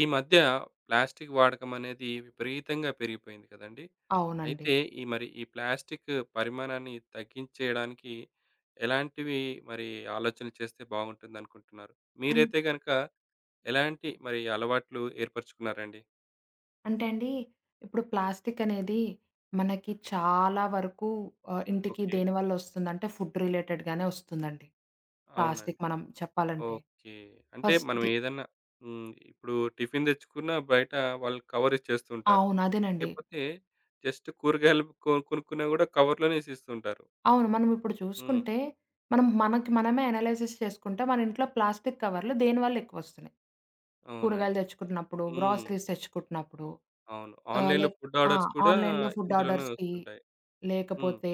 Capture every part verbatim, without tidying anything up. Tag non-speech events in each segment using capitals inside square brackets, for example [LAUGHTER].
ఈ మధ్య ప్లాస్టిక్ వాడకం అనేది విపరీతంగా పెరిగిపోయింది కదండీ! అవునండి. అయితే ఈ మరి ఈ ప్లాస్టిక్ పరిమాణాన్ని తగ్గించేయడానికి ఎలాంటివి మరి ఆలోచనలు చేస్తే బాగుంటుందనుకుంటున్నారు? అన్ మీరైతే గనక ఎలాంటి మరి అలవాట్లు ఏర్పరచుకున్నారండి? అంటే అండి, ఇప్పుడు ప్లాస్టిక్ అనేది మనకి చాలా వరకు ఆహ్, ఇంటికి ఓకే. దేనివల్ల వస్తుందంటే ఫుడ్ రిలేటెడ్‌గానే వస్తుందండి. అవునండి. ప్లాస్టిక్ మనం చెప్పాలంటే. ఓకే. అంటే మనం ఫస్ట్‌ది ఏదన్నా. హ్మ్. ఇప్పుడు టిఫిన్ తెచ్చుకున్నా బయట వాళ్ళు కవర్ ఇచ్చేస్తూ ఉంటారు. అవును. అదేనండి. లేకపోతే జస్ట్ కూరగాయలు కొ కొనుక్కున్నా గూడా కవర్‌లోనే ఇసేస్తుంటారు. అవును. మనం ఇప్పుడు హ్మ్. చూసుకుంటే, మనం మనకి మనమే అనలైసిస్ చేసుకుంటే, మన ఇంట్లో ప్లాస్టిక్ కవర్లు దేనివల్ల ఎక్కువొస్తున్నాయి? అవునండి. కూరగాయలు తెచ్చుకుంటున్నప్పుడు, హ్మ్. గ్రోసరీస్ తెచ్చుకుంటున్నప్పుడు అవును. ఆహ్, ఆన్‌లైన్‌లో లైక్ ఫుడ్ ఆ! ఆర్డర్స్ కూడా ఆన్‌లైన్‌లో ఫుడ్ ఇందులోనే ఆర్డర్స్‌కి, వస్తుంటాయి. హ్మ్. లేకపోతే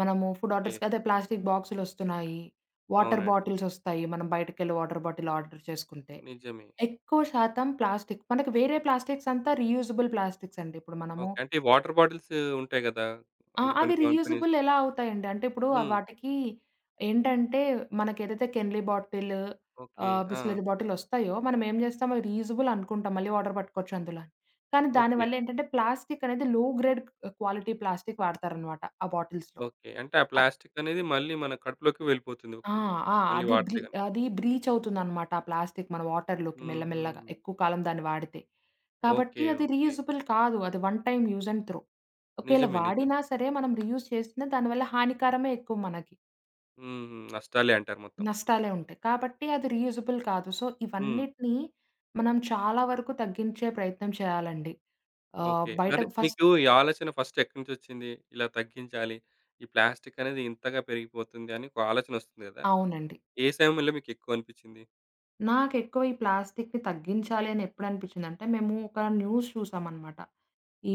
మనము ఫుడ్ ఓకే. ఆర్డర్స్‌కి అదే ప్లాస్టిక్ బాక్సులొస్తున్నాయి. వాటర్ అవునండి. బాటిల్సొస్తాయి. మనం బయటికెళ్ళి వాటర్ బాటిల్ ఆర్డర్ చేసుకుంటే. నిజమే. ఎక్కువ శాతం ప్లాస్టిక్. మనకి వేరే ప్లాస్టిక్స్ అంతా రీయూజబుల్ ప్లాస్టిక్స్ అండి. ఇప్పుడు మనము ఓకే. అంటే ఈ వాటర్ బాటిల్స్ ఉంటాయి గదా! ఆ! అంటే కొన్ని అవి కంపెనీస్. రీయూజబుల్ ఎలా అవుతాయండి? అంటే ఇప్పుడు ఆహ్, హ్మ్. వాటికి ఏంటంటే మనకేదైతే కెన్లీ బాటిల్, ఓకే. ఆహ్, ఆ! బిస్లరీ బాటిలొస్తాయో మనం ఏం చేస్తాం అవి రీయూజబుల్ అనుకుంటాం. మళ్ళీ వాటర్ పట్టుకోవచ్చు అందులో అని. కానీ ఓకే. దానివల్ల ఏంటంటే ప్లాస్టిక్ అనేది లో గ్రేడ్ క్వాలిటీ ప్లాస్టిక్ వాడతారనమాట ఆ బాటిల్స్‌లో. ఓకే. అంటే ఆ ప్లాస్టిక్ అనేది మళ్ళీ మన కడుపులోకి వెళ్ళిపోతుంది. ఆ! కు ఆ! మళ్ళీ అది వాడితే బ్రీ గనుక. అది బ్రీచ్ అవుతుందనమాట ఆ ప్లాస్టిక్ మన వాటర్‌లోకి మెల్లమెల్లగా హుహు. ఎక్కువ కాలం దాన్ని వాడితే. కాబట్టి ఓకే. అది ఓకే. రీయూజబుల్ కాదు. అది one time use and throw. ఒకేళ నిజమే. నిజమే. వాడినా సరే మనం రీయూజ్ చేసినా దానివల్ల హానికరమే ఎక్కువ మనకి. హుహు. నష్టాలే అంటారు మొత్తం. నష్టాలే ఉంటాయి. కాబట్టి అది రీయూజబుల్ కాదు. సో, హ్మ్. ఇవన్నిటిని మనం చాలా వరకు తగ్గించే ప్రయత్నం చేయాలండి. ఆహ్, ఓకే. బయట మరి ఫస్ట్ మీకు ఈ ఆలోచన ఫస్ట్ ఎక్కడి నుంచొచ్చింది? ఇలా తగ్గించాలి. ఈ ప్లాస్టిక్ అనేది ఇంతగా పెరిగిపోతుంది అని ఒక ఆలోచన వస్తుంది గదా! అవునండి. ఏ సమయంలో మీకెక్కువ అనిపిచ్చింది? నాకెక్కువ ఈ ప్లాస్టిక్‌ని తగ్గించాలి అని ఎప్పుడు అనిపించిందంటే, మేము ఒక న్యూస్ చూసామనమాట.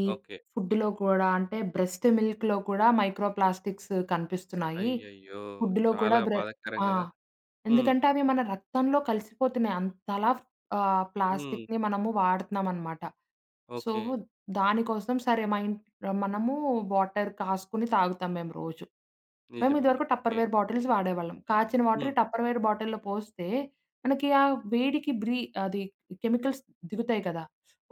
ఈ ఓకే. ఫుడ్‌లో కూడా అంటే బ్రెస్ట్ మిల్క్‌లో కూడా మైక్రో ప్లాస్టిక్స్ కనిపిస్తున్నాయి. అయ్యయ్యో! ఫుడ్‌లో కూడా చాలా బ్రె బాధాకరం ఆ! గదా! హ్మ్. ఎందుకంటే అవి మన రక్తంలో కలిసిపోతున్నాయి. అంతలా ఆహ్, హ్మ్. ప్లాస్టిక్‌ని మనము వాడుతున్నామనమాట. So, okay. దానికోసం సరే మా ఇంట్ మనము వాటర్ కాసుకొని తాగుతాం మేము రోజు. మేము నిజమే. ఇదివరకు ఓకే. టప్పర్‌వేర్ బాటిల్స్ వాడేవాళ్ళం. కాచిన వాటర్ హ్మ్. ఈ టప్పర్‌వేర్ బాటిల్‌లో పోస్తే మనకి ఆ వేడికి బ్రీ అది కెమికల్స్ దిగుతాయి కదా!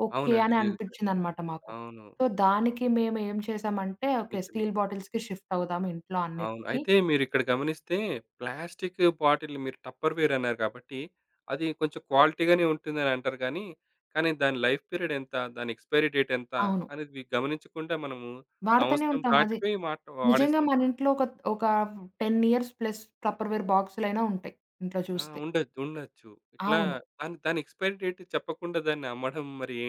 ఓకే. అవునండి. అని దిగుతాయి. అనిపించిందనమాట మాకు. అవును. సో, దానికి మేము ఏం చేసామంటే ఓకే. నిజమే. స్టీల్ బాటిల్స్‌కి షిఫ్ట్ అవుదాం ఇంట్లో అవును. అన్నిటికి. అయితే మీరిక్కడ గమనిస్తే ప్లాస్టిక్ బాటిల్ మీరు టప్పర్‌వేర్ అన్నారు కాబట్టి, అది కొంచెం క్వాలిటీగానే ఉంటుందని అంటారు గానీ, కానీ దాని లైఫ్ పీరియడ్ ఎంత? దాని ఎక్స్‌పైరీ డేట్ ఎంత? అవును. అనేది గమనించకుండా మనము వాడుతూనే సంవత్సరం ఉంటాం అది. దాటిపోయి మాట్ నిజంగా మన వాడేస్తుంటాం. ఇంట్లో ఒక ఒక పది ఇయర్స్ ప్లస్ టప్పర్‌వేర్ బాక్సులైనా ఉంటాయి ఇంట్లో ఆ! చూస్తే. ఉండొచ్చు. ఉండొచ్చు. ఇట్లా అవును. దాని దాని ఎక్స్‌పైరీ డేట్ చెప్పకుండా దాన్ని అమ్మడం మరి ఏ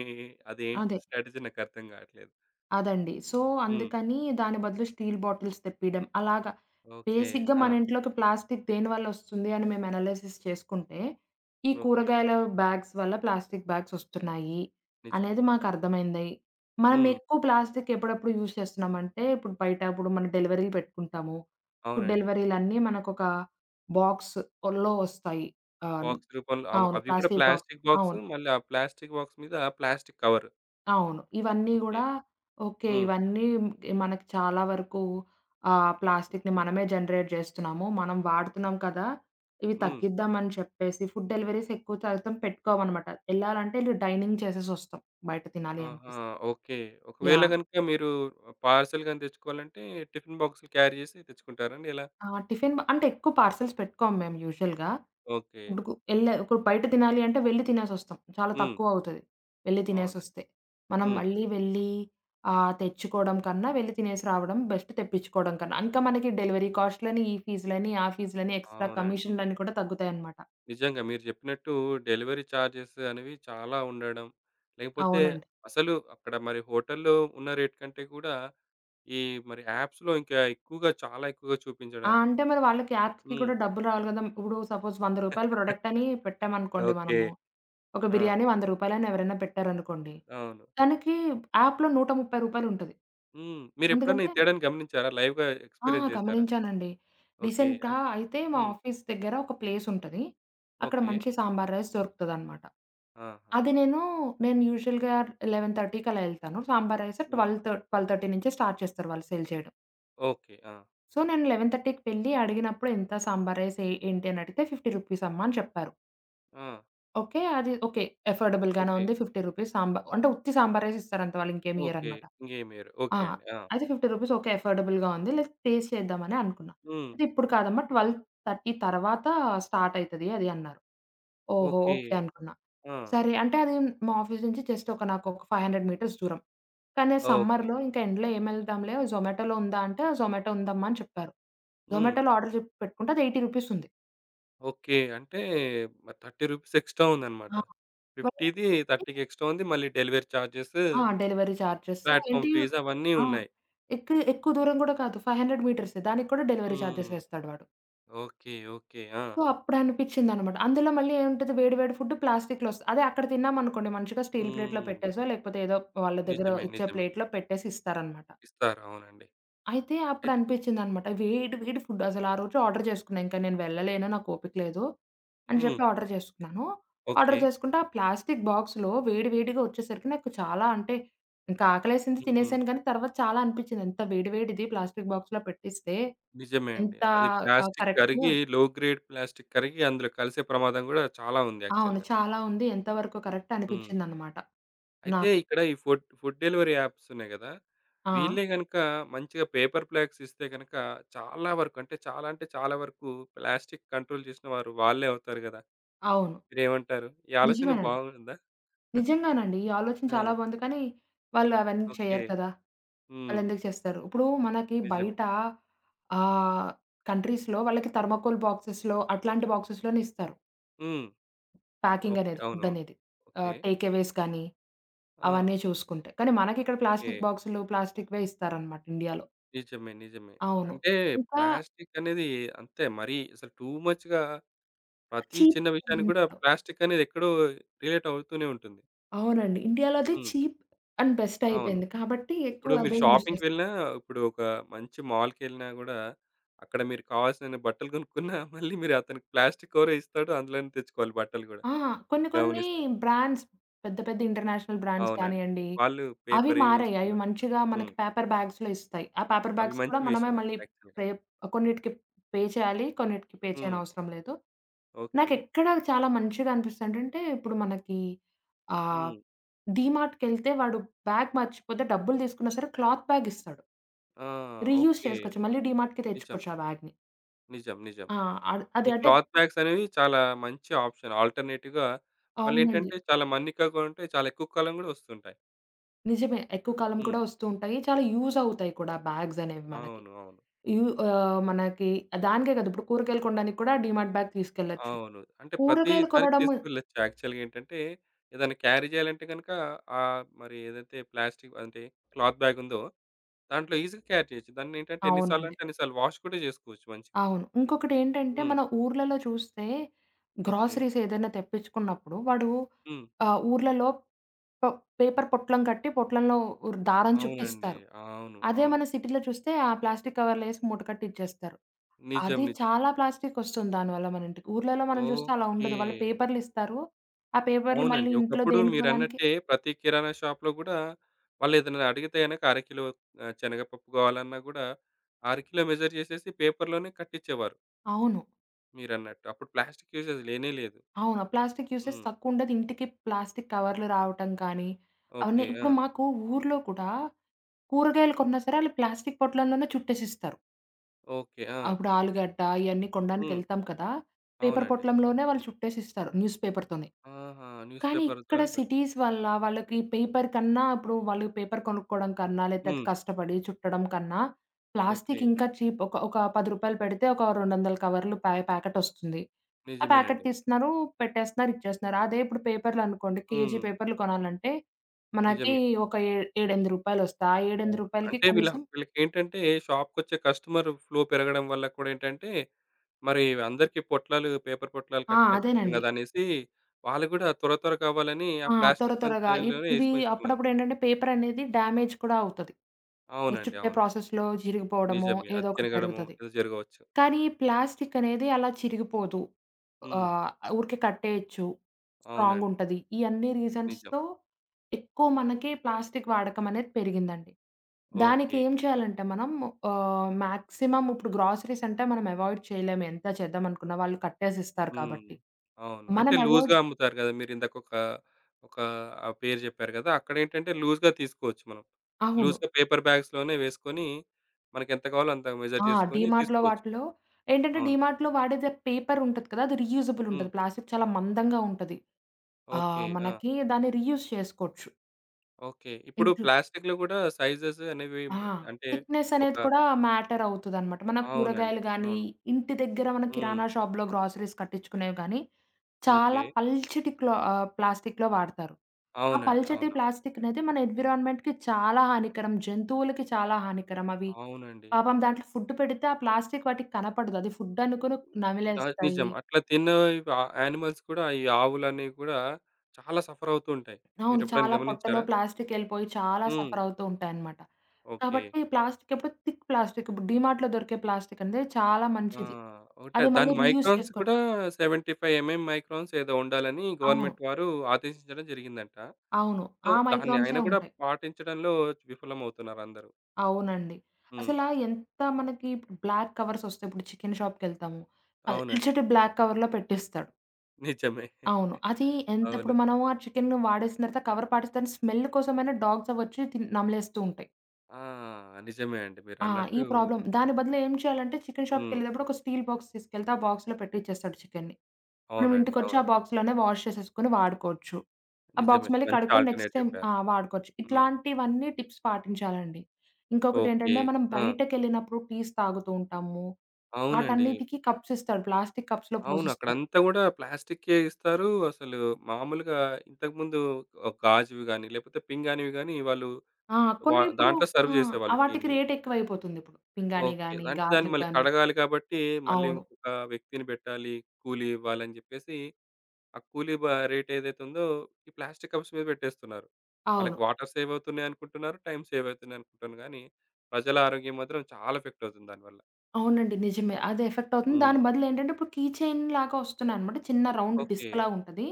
అదేంటి అదే. స్ట్రాటజీ నాకర్థం గాట్లేదు. అదండి. సో, హ్మ్. అందుకని దాని బదులు స్టీల్ బాటిల్స్ తెప్పియడం. అలాగా ఓకే. బేసిక్‌గా ఆ! మన ఇంట్లోకి ప్లాస్టిక్ దేనివల్లొస్తుంది అని మేము అనాలిసిస్ చేసుకుంటే, ఈ ఓకే. కూరగాయల బ్యాగ్స్ వల్ల ప్లాస్టిక్ బ్యాగ్స్ ఒస్తున్నాయి నిజమే. అనేది మాకర్థమైంది. మనం హ్మ్. ఎక్కువ ప్లాస్టిక్ ఎప్పుడప్పుడు యూజ్ చేస్తున్నామంటే, ఇప్పుడు బయట ఇప్పుడు మనం డెలివరీలు పెట్టుకుంటాము. ఫుడ్ అవునండి. డెలివరీలన్నీ మనకొక బాక్స్‌లో వస్తాయి. ఆహ్, బాక్స్ రూపంలో అవ్ అవును. అవి కూడా ప్లాస్టిక్ బాక్స్. ప్లాస్టిక్ బాక్స్ అవును. మళ్ళీ ఆ ప్లాస్టిక్ బాక్స్ మీద ప్లాస్టిక్ కవర్. అవును. ఇవన్నీ ఓకే. గూడా ఓకే. హ్మ్. ఇవన్నీ మనకి చాలా వరకు ఆహ్, ప్లాస్టిక్‌ని హ్మ్. మనమే జనరేట్ జేస్తున్నాము. మనం వాడుతున్నాం కదా! ఇవి హ్మ్. తగ్గిద్దామని చెప్పేసి ఫుడ్ డెలివరీస్ ఎక్కువ శాతం పెట్టుకోమనమాట. ఎళ్ళాలంటే ఇళ్ళు డైనింగ్ చేసేసొస్తాం. బయట తినాలి ఆహా! అనిపిస్తే. ఓకే. ఒకవేళ యాహ్! గనుక మీరు పార్సెల్ గాని తెచ్చుకోవాలంటే టిఫిన్ బాక్స్‌లు క్యారీ చేసి తెచ్చుకుంటారండి ఎలా? ఆ! టిఫిన్ బ అంటే ఎక్కువ పార్సెల్స్ పెట్టుకోము మేము యూజువల్‌గా. ఓకే. ఇప్పుడు ఎళ్ళే ఇప్పుడు బయట తినాలి అంటే వెళ్లి తినేసొస్తాం. చాలా హ్మ్. తక్కువవుతది. వెళ్లి అవును. తినేసొస్తే. మనం హ్మ్. మళ్ళీ వెళ్లి ఆహ్, తెచ్చుకోవడం కన్నా వెళ్లి తినేసి రావడం బెస్ట్ తెప్పించుకోవడం కన్నా. ఇంకా మనకి డెలివరీ కాస్ట్‌లని, ఈ ఫీజులని, ఆ ఫీజులని, ఎక్స్‌ట్రా అవునండి. కమిషన్‌లన్నీ కూడా తగ్గుతాయన్నమాట. నిజంగా మీరు చెప్పినట్టు డెలివరీ చార్జెస్ అనేవి చాలా ఉండడం, లేకపోతే అవునండి. అసలు అక్కడ మరి హోటల్‌లో ఉన్న రేట్ కంటే కూడా ఈ మరి యాప్స్‌లో ఇంకా ఎక్కువగా చాలా ఎక్కువగా ఆ! చూపించడం. అంటే మరి వాళ్ళకి యాప్స్‌కి హ్మ్. కూడా డబ్బులు రావాలి కదా! ఇప్పుడు సపోజ్ రూ. వంద ప్రొడక్ట్ అని పెట్టామనుకోండి ఓకే. మనము. ఒక ఆ! బిర్యానీ రూ. వంద అని ఎవరైనా పెట్టారనుకోండి అవును. తనకి యాప్‌లో రూ. నూట ముప్పై ఉంటది. హ్మ్. మీరెప్పుడన్నా ఎందుకంటే ఈ తేడాను గమనించారా? లైవ్‌గా ఆ! ఎక్స్‌పీరియన్స్ చేసారా? గమనించానండి. ఓకే. రీసెంట్‌గా అన్. అయితే మా హ్మ్. ఆఫీస్ దగ్గర ఒక ప్లేస్ ఉంటది. అక్కడ ఓకే. మంచి సాంబార్ రైస్ దొరుకుతదనమాట. ఆహా! అది నేను, నేను యూజువల్‌గా 11:30కి అలా ఎళ్తాను. సాంబార్ రైస్ హ్మ్. పన్నెండు థర్ పన్నెండు ముప్పై నుంచే స్టార్ట్ చేస్తారు వాళ్ళు సేల్ చేయడం. ఓకే. ఆ! సో, నేను 11:30కి వెళ్ళి అడిగినప్పుడు ఎంత సాంబార్ రైస్ ఏ ఏంటి అని అడిగితే రూ. యాభై అమ్మా అని చెప్పారు. ఆ! ఓకే. అది ఓకే. ఎఫోర్డబుల్‌గానే ఓకే. ఉంది. యాభై రూపీస్ సాంబా అంటే ఉత్తి సాంబార్ రైస్ ఇస్తారంతే వాళ్ళు ఇంకేమి ఓకే. ఇయ్యరనమాట. ఇంకేం ఎయ్యరు. ఆ! ఓకే అండి. ఆ! అయితే యాభై రూపీస్ ఓకే. ఎఫోర్డబుల్‌గా ఉంది. లైక్ టేస్ట్ చేద్దామని అనుకున్నా. హ్మ్. అయితే ఇప్పుడు కాదమ్మా పన్నెండు ముప్పై తర్వాత స్టార్ట్ అయితది అది అన్నారు. ఓహో! ఓకే. ఓకే అనుకున్నా. ఆ! సరే అంటే అది మా ఆఫీస్ నుంచి జస్ట్ ఒక నాకు ఒక ఐదు వందల మీటర్స్ దూరం. కానీ ఓకే. సమ్మర్‌లో ఇంకా ఎండలో ఏం ఎళ్దాంలే జొమాటోలో ఉందా అంటే జొమాటో ఉందమ్మా అని చెప్పారు. హ్మ్. జొమాటోలో ఆర్డర్ పెట్టుకుంటే అది ఎనభై రూపీస్ ఉంది. ఓకే. అంటే మరి ముప్పై రూపీస్ ఎక్స్‌ట్రా ఉందన్నమాట. ఆ! [UNINTELLIGIBLE] 50ది వాళ్ళైతే 30కి ఎక్స్‌ట్రా ఉంది. మళ్ళీ డెలివరీ చార్జెస్, ఆ! డెలివరీ చార్జెస్ ప్లాట్‌ఫార్మ్ ఏంటి? ఫీస్ అవన్నీ ఆ! ఉన్నాయి. ఎక్కడ ఎక్కువ దూరం గూడా కాదు. ఐదు వందల మీటర్సే. దానికి కూడా డెలివరీ చార్జెస్ హ్మ్. ఏస్తాడు వాడు. ఓకే. ఓకే. ఆ! సో, అప్పుడనిపిచ్చిందనమాట. అందులో మళ్ళీ ఏముంటది వేడి వేడి ఫుడ్ ప్లాస్టిక్‌లో వస్తది. అదే అక్కడ తిన్నామనుకోండి మంచిగా స్టీల్ ప్లేట్‌లో హ్మ్. పెట్టేసో, లేకపోతే ఏదో వాళ్ళ దగ్గర నిజమే. ఇచ్చే నిజమే. ప్లేట్‌లో పెట్టేసి ఇస్తారనమాట. ఇస్తారు. అవునండి. అయితే అయిత్. అప్పుడనిపిచ్చిందనమాట. వేడి వేడి ఫుడ్ అసలు ఆ రోజు ఆర్డర్ చేసుకున్నా. ఇంక నేను వెళ్ళలేను. నాకు ఓపిక లేదు అని హ్మ్. చెప్పి ఆర్డర్ చేసుకున్నాను. Order okay. చేసుకుంటే ఆ ప్లాస్టిక్ బాక్స్‌లో వేడి వేడిగా వచ్చేసరికి నాకు చాలా అంటే ఇంకా ఆకలేసింది హ్మ్. తినేసాను గానీ తర్వాత చాలా అనిపిచ్చింది. ఎంత వేడి వేడిది ప్లాస్టిక్ బాక్స్‌లో పెట్టిస్తే నిజమే అండి. ఎంత అది ఆహ్, ప్లాస్టిక్ కరెక్ట్. కరిగి లో గ్రేడ్ ప్లాస్టిక్ కరిగి అందులో కలిసే ప్రమాదం గూడా చాలా ఉంది అవును. యాక్చువల్‌గా. చాలా ఉంది. ఎంత వరకు కరెక్ట్ హ్మ్. అనిపిచ్చిందనమాట అయితే నాకు. ఇక్కడ ఈ ఫుడ్ ఫుడ్ డెలివరీ యాప్స్ ఉన్నాయి గదా! ఆ! వీళ్ళే గనుక మంచిగా పేపర్ ప్లాగ్స్ ఇస్తే గనుక చాలా వరకు అంటే చాలా అంటే చాలా వరకు ప్లాస్టిక్ కంట్రోల్ చేసిన వారు వాళ్ళే అవుతారు గదా! అవును. మీరేమంటారు? ఈ ఆలోచన నిజమేనండి. బాగుందా? [LAUGHS] నిజంగానండి. ఈ ఆలోచన ఆ! చాలా బావుంది. కానీ వాళ్ళు అవన్నీ ఓకే. చేయరు కదా! హ్మ్. వాళ్ళెందుకు చేస్తారు? ఇప్పుడు మనకి నిజమే. బయట ఆహ్, కంట్రీస్‌లో వాళ్ళకి థర్మాకోల్ బాక్సెస్‌లో అట్లాంటి బాక్సెస్‌లోనే ఇస్తారు. హ్మ్. Packing okay. అనేది, ఫుడ్ అవునవును. అనేది. ఓకే. ఆహ్, టేక్ అవేస్ కానీ ఆ! అవన్నీ చూసుకుంటే. కానీ మనకిక్కడ ఓకే. ప్లాస్టిక్ బాక్సులు, ప్లాస్టిక్‌వే ఇస్తారనమాట ఇండియాలో. నిజమే. నిజమే. అవును. అంటే ఇంకా ప్లాస్టిక్ అనేది అంతే మరీ అసలు టూ మచ్‌గా ప్రతి చీప్ చిన్న విషయానికి గూడా ఇండియాలో. ప్లాస్టిక్ అనేది ఎక్కడో రిలేట్ అవుతూనే ఉంటుంది. అవునండి. ఇండియాలో అది హ్మ్. చీప్ అండ్ బెస్ట్ అవును. అయిపోయింది. కాబట్టి ఇప్పుడు ఎక్కువ మీరు అదే యూజ్ షాపింగ్‌కి చేస్తారు. వెళ్ళినా, ఇప్పుడు ఒక మంచి మాల్‌కెళ్ళినా గూడా, అక్కడ మీరు కావాల్సిన బట్టలు కొనుక్కున్నా, [LAUGHS] మళ్ళీ మీరు అతనికి ప్లాస్టిక్ కవరే ఇస్తాడు. అందులోనే తెచ్చుకోవాలి బట్టలు గూడా ఆ! కొన్ని కొన్ని గమనిస్తే. బ్రాండ్స్ పెద్ద పెద్ద ఇంటర్నేషనల్ బ్రాండ్స్ అవునండి. కానియండి, వాళ్ళు అవి పేపర్ ఇవి మారాయి. అవి ఇస్తున్నట్టున్నారు. మంచిగా హ్మ్. మనకి పేపర్ బ్యాగ్స్‌లో ఇస్తాయి. ఆ పేపర్ అవి బ్యాగ్స్ కూడా మంచి మనమే విషయం అది మళ్ళీ యాక్చువల్‌గా. పే కొన్నిటికి పే చేయాలి. కొన్నిటికి పే హ్మ్. చేయనవసరం లేదు. ఓకే. నాకెక్కడ చాలా మంచిగా అనిపిస్తుందంటే, ఇప్పుడు మనకి ఆహ్, హ్మ్. డీమార్ట్‌కెళ్తే వాడు బ్యాగ్ మర్చిపోతే డబ్బులు తీసుకున్నా సరే క్లాత్ బ్యాగ్ ఇస్తాడు. ఆ! Reuse okay. చేసుకోవచ్చు. మళ్ళీ డీమార్ట్‌కి నిజం. తెచ్చుకోవచ్చు ఆ బ్యాగ్‌ని. నిజం. నిజం. ఆ! అద్ ఈ అది అంటే క్లాత్ బ్యాగ్స్ అనేవి చాలా మంచి ఆప్షన్. ఆల్టర్‌నేటివ్‌గా అవునండి. మళ్ళేంటంటే, చాలా మన్నికగా ఉంటాయి. చాలా ఎక్కువ కాలం గూడా వస్తుంటాయి. నిజమే. ఎక్కువ కాలం హ్మ్. కూడా వస్తూ ఉంటాయి. చాలా యూజ్ అవుతాయి కూడా బ్యాగ్స్ అనేవి మనకి. అవును. అవును. యూ ఆహ్, మనకి దానికే కాదు ఇప్పుడు కూరగాయలు కొనడానికి కూడా డీమార్ట్ బ్యాగ్ తీసుకెళ్ళొచ్చు. అవును. అంటే ప్రతి కూరగాయలు దానికి కొనడం తీసుకెళ్ళొచ్చు యాక్చువల్‌గా ఏంటంటే, ఏదైనా క్యారీ చేయాలంటే గనుక ఆహ్, మరి ఏదైతే ప్లాస్టిక్ అంటే క్లాత్ బ్యాగ్ ఉందో, దాంట్లో ఈజీగా క్యారీ చేయొచ్చు. దాన్నేంటంటే ఎన్ని అవునండి. సార్లంటే అన్ని సార్లు వాష్ కూడా చేసుకోవచ్చు మంచిగా. అవును. ఇంకొకటేంటంటే హ్మ్. మన ఊర్లలో చూస్తే ఓకే. గ్రోసరీస్ ఏదైనా తెప్పించుకున్నప్పుడు వాడు హ్మ్. ఆహ్, ఊర్లలో ప పేపర్ పొట్లం కట్టి పొట్లంలో దారం అవునండి. చుట్టిస్తారు. అవును. అదే అవును. మన సిటీలో చూస్తే ఆ ప్లాస్టిక్ కవర్‌లో ఏసి మూట కట్టి ఇచ్చేస్తారు. నిజం. అది నిజం. చాలా ప్లాస్టికొస్తుంది దానివల్ల మన ఇంటికి. ఊర్లలో మనం చూస్తే అలా ఓకే. ఉండదు. వాళ్ళు పేపర్లిస్తారు. ఆ పేపర్లు మళ్ళీ అవునండి. ఇంట్లో ఒకప్పుడు దేనికో దానికి మీరన్నట్టే ప్రతి కిరాణా షాప్‌లో గూడా వాళ్ళేదైనా అడిగితే గనక అరకిలో ఆహ్, శనగపప్పు కావాలన్నా గూడా, అరకిలో మెజర్ చేసేసి పేపర్‌లోనే కట్టించేవారు. అవును. మీరన్నట్టు. అప్పుడు ప్లాస్టిక్ యూసేజ్ లేనే లేదు. అవును. ప్లాస్టిక్ యూసేజ్ హ్మ్. తక్కువుండదు. ఇంటికి ప్లాస్టిక్ కవర్లు రావటం కానీ, అవన్నీ ఓకే. ఆ! ఇప్పుడు మాకు ఊర్లో కూడా కూరగాయలు కొన్నా సరే ఆళ్ళు ప్లాస్టిక్ పొట్లంలోనే చుట్టేసిస్తారు. ఓకే. ఆ! అప్పుడు ఆలుగడ్డ ఇయన్నీ హ్మ్. కొనడానికెళ్తాం కదా! పేపర్ అవునండి. పొట్లంలోనే వాళ్ళు చుట్టేసిస్తారు న్యూస్ పేపర్‌తోనే. ఆహా! న్యూస్ కానీ ఇక్కడ పేపర్‌తోనే కట్. సిటీస్ వల్ల వాళ్ళకి పేపర్ కన్నా ఇప్పుడు వాళ్ళు పేపర్ కొనుక్కోవడం కన్నా, లేతే అది హ్మ్. కష్టపడి చుట్టడం కన్నా, ఓకే. ప్లాస్టిక్ ఇంకా చీప్. ఒక ఒక రూ. పది పెడితే ఒక రెండు వందల కవర్లు ప్యా ప్యాకెటొస్తుంది. ఆ ప్యాకెట్ నిజమేనండి. తీస్తున్నారు, పెట్టేస్తున్నారు, ఇచ్చేస్తున్నారు. అదే ఇప్పుడు పేపర్లనుకోండి, కేజీ హ్మ్. పేపర్లు కొనాలంటే మనకి నిజమే. ఒక ఏ రూ. ఏడు, ఎనిమిది రూపాయలొస్తాయి. ఆ రూ. ఏడు, అవును. 8కి అంటే వీళ్ళ కనీసం వీళ్ళకేంటంటే షాప్‌కొచ్చే కస్టమర్ ఫ్లో పెరగడం వల్ల కూడా ఏంటంటే, మరి అందరికీ పొట్లాలు పేపర్ పొట్లాలు ఆ! కట్టడం కష్టం అదేనండి. గదా! అనేసి వాళ్ళు గూడా త్వర త్వర కావాలని ఆ ఆ! త్వర ప్లాస్టిక్ త్వరగా. ఇప్ సంచుల్లోనే ఇది ఏసిపోయిస్తున్నారు. అప్పుడప్పుడేంటంటే పేపరనేది డ్యామేజ్ కూడా అవుతది. ఓ అవునండి. చుట్టే అవును. ప్రాసెస్‌లో చిరిగిపోవడమో నిజమే. ఏదో అది ఒకటి తిరగడము జరుగుతది. ఏదో జరగవచ్చు. కానీ ఈ ప్లాస్టికనేది అలా చిరిగిపోదు. హ్మ్. ఆహ్, ఊరికే కట్టేయొచ్చు. అవునండి. స్ట్రాంగుంటది. ఈ అన్ని నిజం. రీజన్స్‌తో ఎక్కువ మనకి ప్లాస్టిక్ వాడకమనేది పెరిగిందండి. దానికి ఓకే. ఏం చేయాలంటే మనం ఆహ్, మాక్సిమం ఇప్పుడు గ్రోసరీస్ అంటే మనం అవాయిడ్ చేయలేము ఎంత చేద్దామనుకున్నా. వాళ్ళు కట్టేసిస్తారు హ్మ్. కాబట్టి. అవును. అంటే మనం లూజ్‌గా అవాయిడ్ అమ్ముతారు గదా! మీరిందాక ఒక, ఒక ఆ పేరు జెప్పారు గదా! అక్కడేంటంటే లూజ్‌గా తీసుకోవచ్చు మనం. అవును. లూజ్‌గా పేపర్ బ్యాగ్స్‌లోనే వేసుకొని మనకెంత కావాలో అంత మెజర్ ఆ! జేసుకొని డీమార్ట్‌లో తీసుకోవచ్చు. వాటిలో ఏంటంటే అవును. డీమార్ట్‌లో వాడేది పేపర్ ఉంటది కదా! అది రీయూజబుల్ హ్మ్. ఉంటది. ప్లాస్టిక్ చాలా మందంగా ఉంటది. ఓకే. ఆహ్, ఆ! మనకి దాన్ని రీయూజ్ చేసుకోవచ్చు. ఓకే. ఇప్పుడు ఇంట్లో ప్లాస్టిక్‌లో గూడా సైజెస్ అనేవి ఆ! మే అంటే థిక్‌నెస్ ఒక అనేది కూడా మ్యాటర్ అవుతదనమాట. మన అవునండి. కూరగాయలు గానీ, అవును. ఇంటి దగ్గర మన హ్మ్. కిరాణా షాప్‌లో గ్రోసరీస్ కట్టించుకునేవి గానీ చాలా ఓకే. పల్చటి క్లా ఆహ్, ప్లాస్టిక్‌లో వాడతారు. ఆ అవునండి. పల్చటి అవునా! ప్లాస్టిక్ అనేది మన ఎన్విరాన్మెంట్‌కి చాలా హానికరం. జంతువులకి చాలా హానికరం. అవి అవునండి. పాపం దాంట్లో ఫుడ్ పెడితే ఆ ప్లాస్టిక్ వాటికి కనపడదు. అది ఫుడ్ అనుకుని నా నిజం. నమిలేస్తాయి. అట్లా తిన్న ఇవి ఆ యానిమల్స్ కూడా ఈ ఆవులనేవి కూడా చాలా సఫర్ అవుతూ ఉంటాయి. అవును. మీరెప్పుడైనా చాలా పొట్టలో గమనించారా? ప్లాస్టిక్ ఎళ్ళిపోయి చాలా హ్మ్. సఫర్ అవుతూ ఉంటాయన్నమాట. ఓకే. కాబట్టి ప్లాస్టిక్ ఎప్పుడు థిక్ ప్లాస్టిక్ ఇప్పుడు డీమార్ట్‌లో దొరికే ప్లాస్టిక్ అనేది చాలా ఆ! మంచిది. ఒకటే అది దాని మళ్ళీ రీయూజ్ మైక్రాన్స్ కూడా చేసుకోవచ్చు. డెబ్బై ఐదు ఎంఎం మైక్రాన్స్ ఏదో ఉండాలని అవును. గవర్నమెంట్ వారు ఆదేశించడం జరిగిందంట. అవును. సో, ఆ దాన్ని ఆయన మైక్రాన్సే కూడా ఉంటాయి. పాటించడంలో విఫలమవుతున్నారందరూ. అవునండి. హ్మ్. అసలా ఎంత మనకి ఇప్పుడు బ్లాక్ కవర్స్ ఒస్తాయి. ఇప్పుడు చికెన్ షాప్‌కెళ్తాము. అవునండి. పల్చటి బ్లాక్ కవర్‌లో పెట్టిస్తాడు. నిజమే. అవును. [LAUGHS] అది ఎంత అవును. ఇప్పుడు మనం ఆ చికెన్ వాడేసిన తర్వాత కవర్ పాడేస్తే దాని స్మెల్ కోసమైనా డాగ్స్ అవి వచ్చి తిన్ నమలేస్తూ ఉంటాయి. ఆ! నిజమే అండి. ఆ! ఈ మీరన్నట్టు. ప్రాబ్లమ్. దాని బదులు ఏం చేయాలంటే చికెన్ హ్మ్. షాప్‌కెళ్ళేటప్పుడు ఒక స్టీల్ బాక్స్ తీసుకెళ్తే ఆ బాక్స్‌లో పెట్టిచ్చేస్తాడు చికెన్‌ని. మనం అవునండి. ఇంటికొచ్చి ఆ అవును. బాక్స్‌లోనే వాష్ చేసేసుకొని వాడుకోవచ్చు. ఆ నిజమే. బాక్స్ మళ్ళీ మంచి కడుక్కొని నెక్స్ట్ ఆల్టర్‌నేట్ టైమ్ చెప్పారు. ఆ! వాడుకోవచ్చు. హ్మ్. ఇట్లాంటివన్నీ టిప్స్ పాటించాలండి. ఓకే. ఇంకొకటేంటంటే మనం ఆ! బయటకెళ్ళినప్పుడు టీస్ తాగుతూ ఉంటాము. అవునండి. వాటన్నిటికి కప్స్ ఇస్తారు. ప్లాస్టిక్ కప్స్‌లో అవును. పోసిస్తారు. అక్కడంతా గూడా ప్లాస్టిక్కే ఇస్తారు. అసలు మామూలుగా ఇంతకుముందు ఒక గాజువి గాని, లేకపోతే పింగాణివి గాని వాళ్ళు ఆ! వా కొన్ని ఇప్పుడు దాంట్లో ఆ! సర్వ్ ఆ చేసేవాళ్ళు వాటికి టీని. రేట్ ఎక్కువైపోతుందిప్పుడు. పింగాణీ ఓకే. గాని, అంటే దాన్ని గాజుకి మళ్ళీ గాని. కడగాలి కాబట్టి, మళ్ళీ అవును. ఇంకొక వ్యక్తిని పెట్టాలి, కూలీ ఇవ్వాలని జెప్పేసి, ఆ కూలీ బ రేట్ ఏదైతే ఉందో, ఈ ప్లాస్టిక్ కప్స్ మీద పెట్టేస్తున్నారు. వాళ్ళకి అవును. వాటర్ సేవ్ అవుతున్నాయి అనుకుంటున్నారు, టైమ్ సేవ్ అవుతుంది అనుకుంటున్నారు గానీ, ప్రజల ఆరోగ్యం మాత్రం చాలా ఎఫెక్ట్ అవుతుంది దానివల్ల. అవునండి. నిజమే. అది ఎఫెక్ట్ అవుతుంది. దాని హ్మ్. బదులు ఏంటంటే ఇప్పుడు కీ చైన్ లాగా వస్తున్నాయన్నమాట. చిన్న రౌండ్ హ్మ్. ఓకే. డిస్క్‌లా ఉంటది.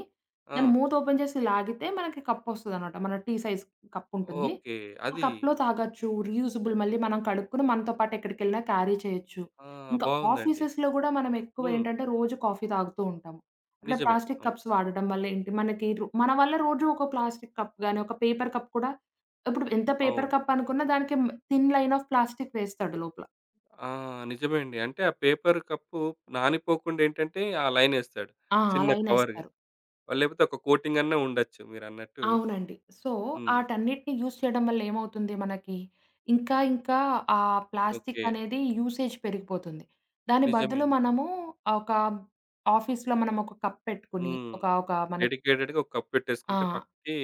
ఆ! దాన్ని మూత ఓపెన్ చేసి లాగితే మనకి కప్పొస్తదన్నమాట. మన టీ సైజ్ కప్పుంటుంది. ఓకే. ఆ అది కప్‌లో తాగొచ్చు. రీయూజబుల్ మళ్ళీ మనం కడుక్కొని మనతో పాటు ఎక్కడికెళ్ళినా క్యారీ చేయొచ్చు. ఆ! ఇంకా బావుందండి. ఆఫీసెస్‌లో గూడా మనం ఎక్కువ హ్మ్. ఏంటంటే రోజు కాఫీ తాగుతూ ఉంటాము. అక్కడ నిజమే. ప్లాస్టిక్ అవును. కప్స్ వాడడం వల్ల ఏంటి మనకి రో మన వల్ల రోజు ఒక ప్లాస్టిక్ కప్ గాని, ఒక పేపర్ కప్ కూడా ఇప్పుడు ఎంత పేపర్ అవును. కప్ అనుకున్నా దానికి మ్ థిన్ లైన్ ఆఫ్ ప్లాస్టిక్ వేస్తాడు లోపల. ఆ! నిజమే అండి. అంటే ఆ పేపర్ కప్పు నానిపోకుండా ఏంటంటే ఆ లైనేస్తాడు. ఆ! చిన్న కవర్‌గా. లైనేస్తారు. లేకపోతే ఒక కోటింగ్ అన్నా ఉండొచ్చు మీరన్నట్టు. అవునండి. సో, హ్మ్. ఆటన్నిటిని యూజ్ చేయడం వల్ల ఏమవుతుంది మనకి, ఇంకా ఇంకా ఆ ప్లాస్టిక్ ఓకే. అనేది యూసేజ్ పెరిగిపోతుంది. దాని నిజమే. బదులు నిజమే. మనము ఒక ఆఫీస్‌లో మనం ఒక కప్ పెట్టుకొని, హ్మ్. ఒక ఒక మనకి డెడికేటెడ్‌గా ఒక కప్ ఆ! పెట్టేసుకుంటే పక్కకి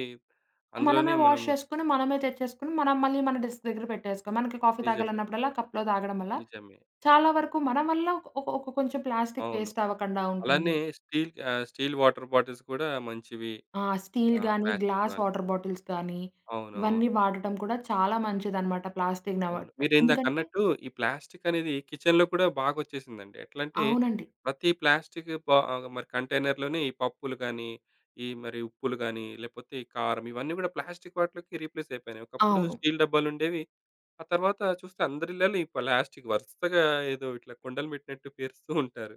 అందులోనే మనమే వాష్ మనము చేసుకొని, మనమే తెచ్చేసుకొని, మనం మళ్ళీ మన డెస్క్ దగ్గర పెట్టేసుకో. మనకి కాఫీ నిజమే. తాగాలన్నప్పుడల్లా కప్‌లో తాగడం వల్ల, నిజమే. చాలా వరకు మన వల్ల ఒక ఒక కొంచెం ప్లాస్టిక్ అవును. వేస్ట్ అవ్వకుండా ఉంటుంది. అలానే స్టీల్ ఆహ్, స్టీల్ వాటర్ బాటిల్స్ కూడా మంచివి. ఆ! స్టీల్ ఆ! గానీ, ప్లాస్టిక్ గ్లాస్ గాని. వాటర్ బాటిల్స్ కానీ, అవునవును. ఇవన్నీ వాడటం కూడా చాలా మంచిదనమాట ప్లాస్టిక్‌ని అవును. అవాయిడ్ చేయడం. ఎందుకంటే మీరిందాకన్నట్టు ఈ ప్లాస్టిక్ అనేది కిచెన్‌లో కూడా బాగొచ్చేసిందండి. ఎట్లంటే అవునండి. ప్రతి ప్లాస్టిక్ బా మరి కంటైనర్‌లోనే ఈ పప్పులు గానీ, ఈ మరి ఉప్పులు గానీ, లేకపోతే ఈ కారం ఇవన్నీ గూడా ప్లాస్టిక్ వాటిలోకి రీప్లేస్ అయిపోయినాయి. ఒకప్పుడు అవును. స్టీల్ డబ్బాలుండేవి. ఆ తర్వాత చూస్తే అందరిళ్ళలో ఈ ప్లాస్టిక్ వరుసగా ఏదో ఇట్లా కుండలు పెట్టినట్టు పేరుస్తూ ఉంటారు.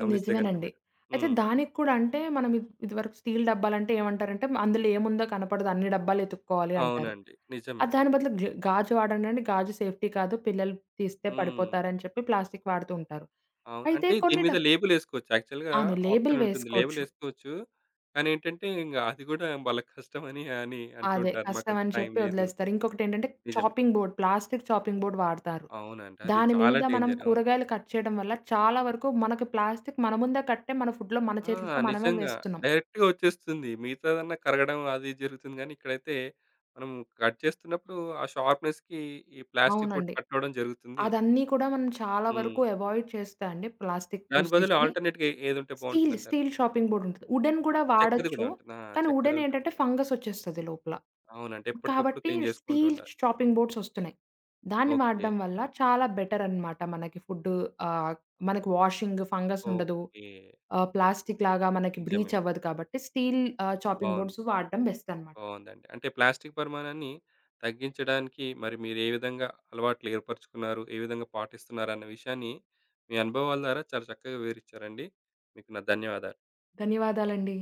గమనిస్తే గనక నిజమేనండి. మీరు. అయితే హ్మ్. దానికి కూడా అంటే మనం ఇద్ ఇదివరకు స్టీల్ డబ్బాలంటే ఏమంటారంటే అందులో ఏముందో కనపడదు అన్ని డబ్బాలు ఎతుక్కోవాలి అంటారు. అవునండి. నిజమే. ఆహ్, దాని బదులు గ గాజు వాడండండి గాజు సేఫ్టీ కాదు పిల్లలు తీస్తే హ్మ్. పడిపోతారని చెప్పి ప్లాస్టిక్ వాడుతూ ఉంటారు. అవును. అయితే అంటే దీని కొన్ని డ మీద లేబులేసుకోవచ్చు. యాక్చువల్‌గా అవును. లేబుల్ ఆప్షన్ ఉంటుంది. వేసుకోవచ్చు. లేబులేసుకోవచ్చు. కానీ ఏంటంటే, ఇంగ అది గూడా వాళ్ళ కష్టమని అని అని అదే. అంటుంటారు. మాకంత కష్టమని టైం చెప్పి లేదు. వదిలేస్తారు. ఇంకొకటేంటంటే నిజమే. Chopping board, plastic chopping board వాడతారు. అవునండి. అది దాని చాలా మీద మనం డేంజర్. అవును. కూరగాయలు కట్ చేయడం వల్ల చాలా వరకు మనకి ప్లాస్టిక్ మన ముందే కట్టే మన ఫుడ్‌లో మన ఆ! చేతులతో మనమే నిజంగా. వేస్తున్నాం. డైరెక్ట్‌గా వచ్చేస్తుంది. మిగతాదన్నా కరగడం అది జరుగుతుంది గానీ, ఇక్కడైతే మనం కట్ చేస్తున్నప్పుడు ఆ షార్ప్‌నెస్‌కి ఈ ప్లాస్టిక్ బోర్డ్ అవునండి. కట్ అవ్వడం జరుగుతుంది. అదన్నీ కూడా మనం చాలా హ్మ్. వరకు అవాయిడ్ చేస్తే అండి ప్లాస్టిక్ దాని బదులు యూసేజ్‌ని. ఆల్టర్‌నేట్‌గా ఏ ఏదుంటే స్టీల్, బావుంటుందంటారు? స్టీల్ షాపింగ్ బోర్డ్ ఉంటది. వుడెన్ కూడా చెక్కది వాడొచ్చు. గూడా ఉంటుంది. ఆ! కానీ వుడెన్ ఏంటంటే చెక్కదుంటుంది. ఫంగస్ వచ్చేస్తది లోపల. అవునండి. ఎప్పటికప్పుడు కాబట్టి క్లీన్ జేసుకుంటూ స్టీల్ ఉండాలి. షాపింగ్ బోర్డ్స్ వస్తున్నాయి. దాన్ని ఓకే. వాడడం వల్ల చాలా బెటర్ అన్నమాట. మనకి ఫుడ్ ఆహ్, మనకి వాషింగ్ ఫంగస్ ఉండదు. ఓకే. ఆహ్, ప్లాస్టిక్ లాగా మనకి నిజమే బ్రీచ్ అండి. అవ్వదు కాబట్టి స్టీల్ ఆహ్, చాపింగ్ బావుంది. బోర్డ్స్ వాడడం బెస్ట్ అన్నమాట. బావుందండి. అంటే ప్లాస్టిక్ పరిమాణాన్ని తగ్గించడానికి మరి మీరు ఏ విధంగా అలవాట్లు ఏర్పరుచుకున్నారు? ఏ విధంగా పాటిస్తున్నారన్న విషయాన్ని మీ అనుభవాల ద్వారా చాలా చక్కగా వివరిచ్చారండి. మీకు నా ధన్యవాదాలు. ధన్యవాదాలండి.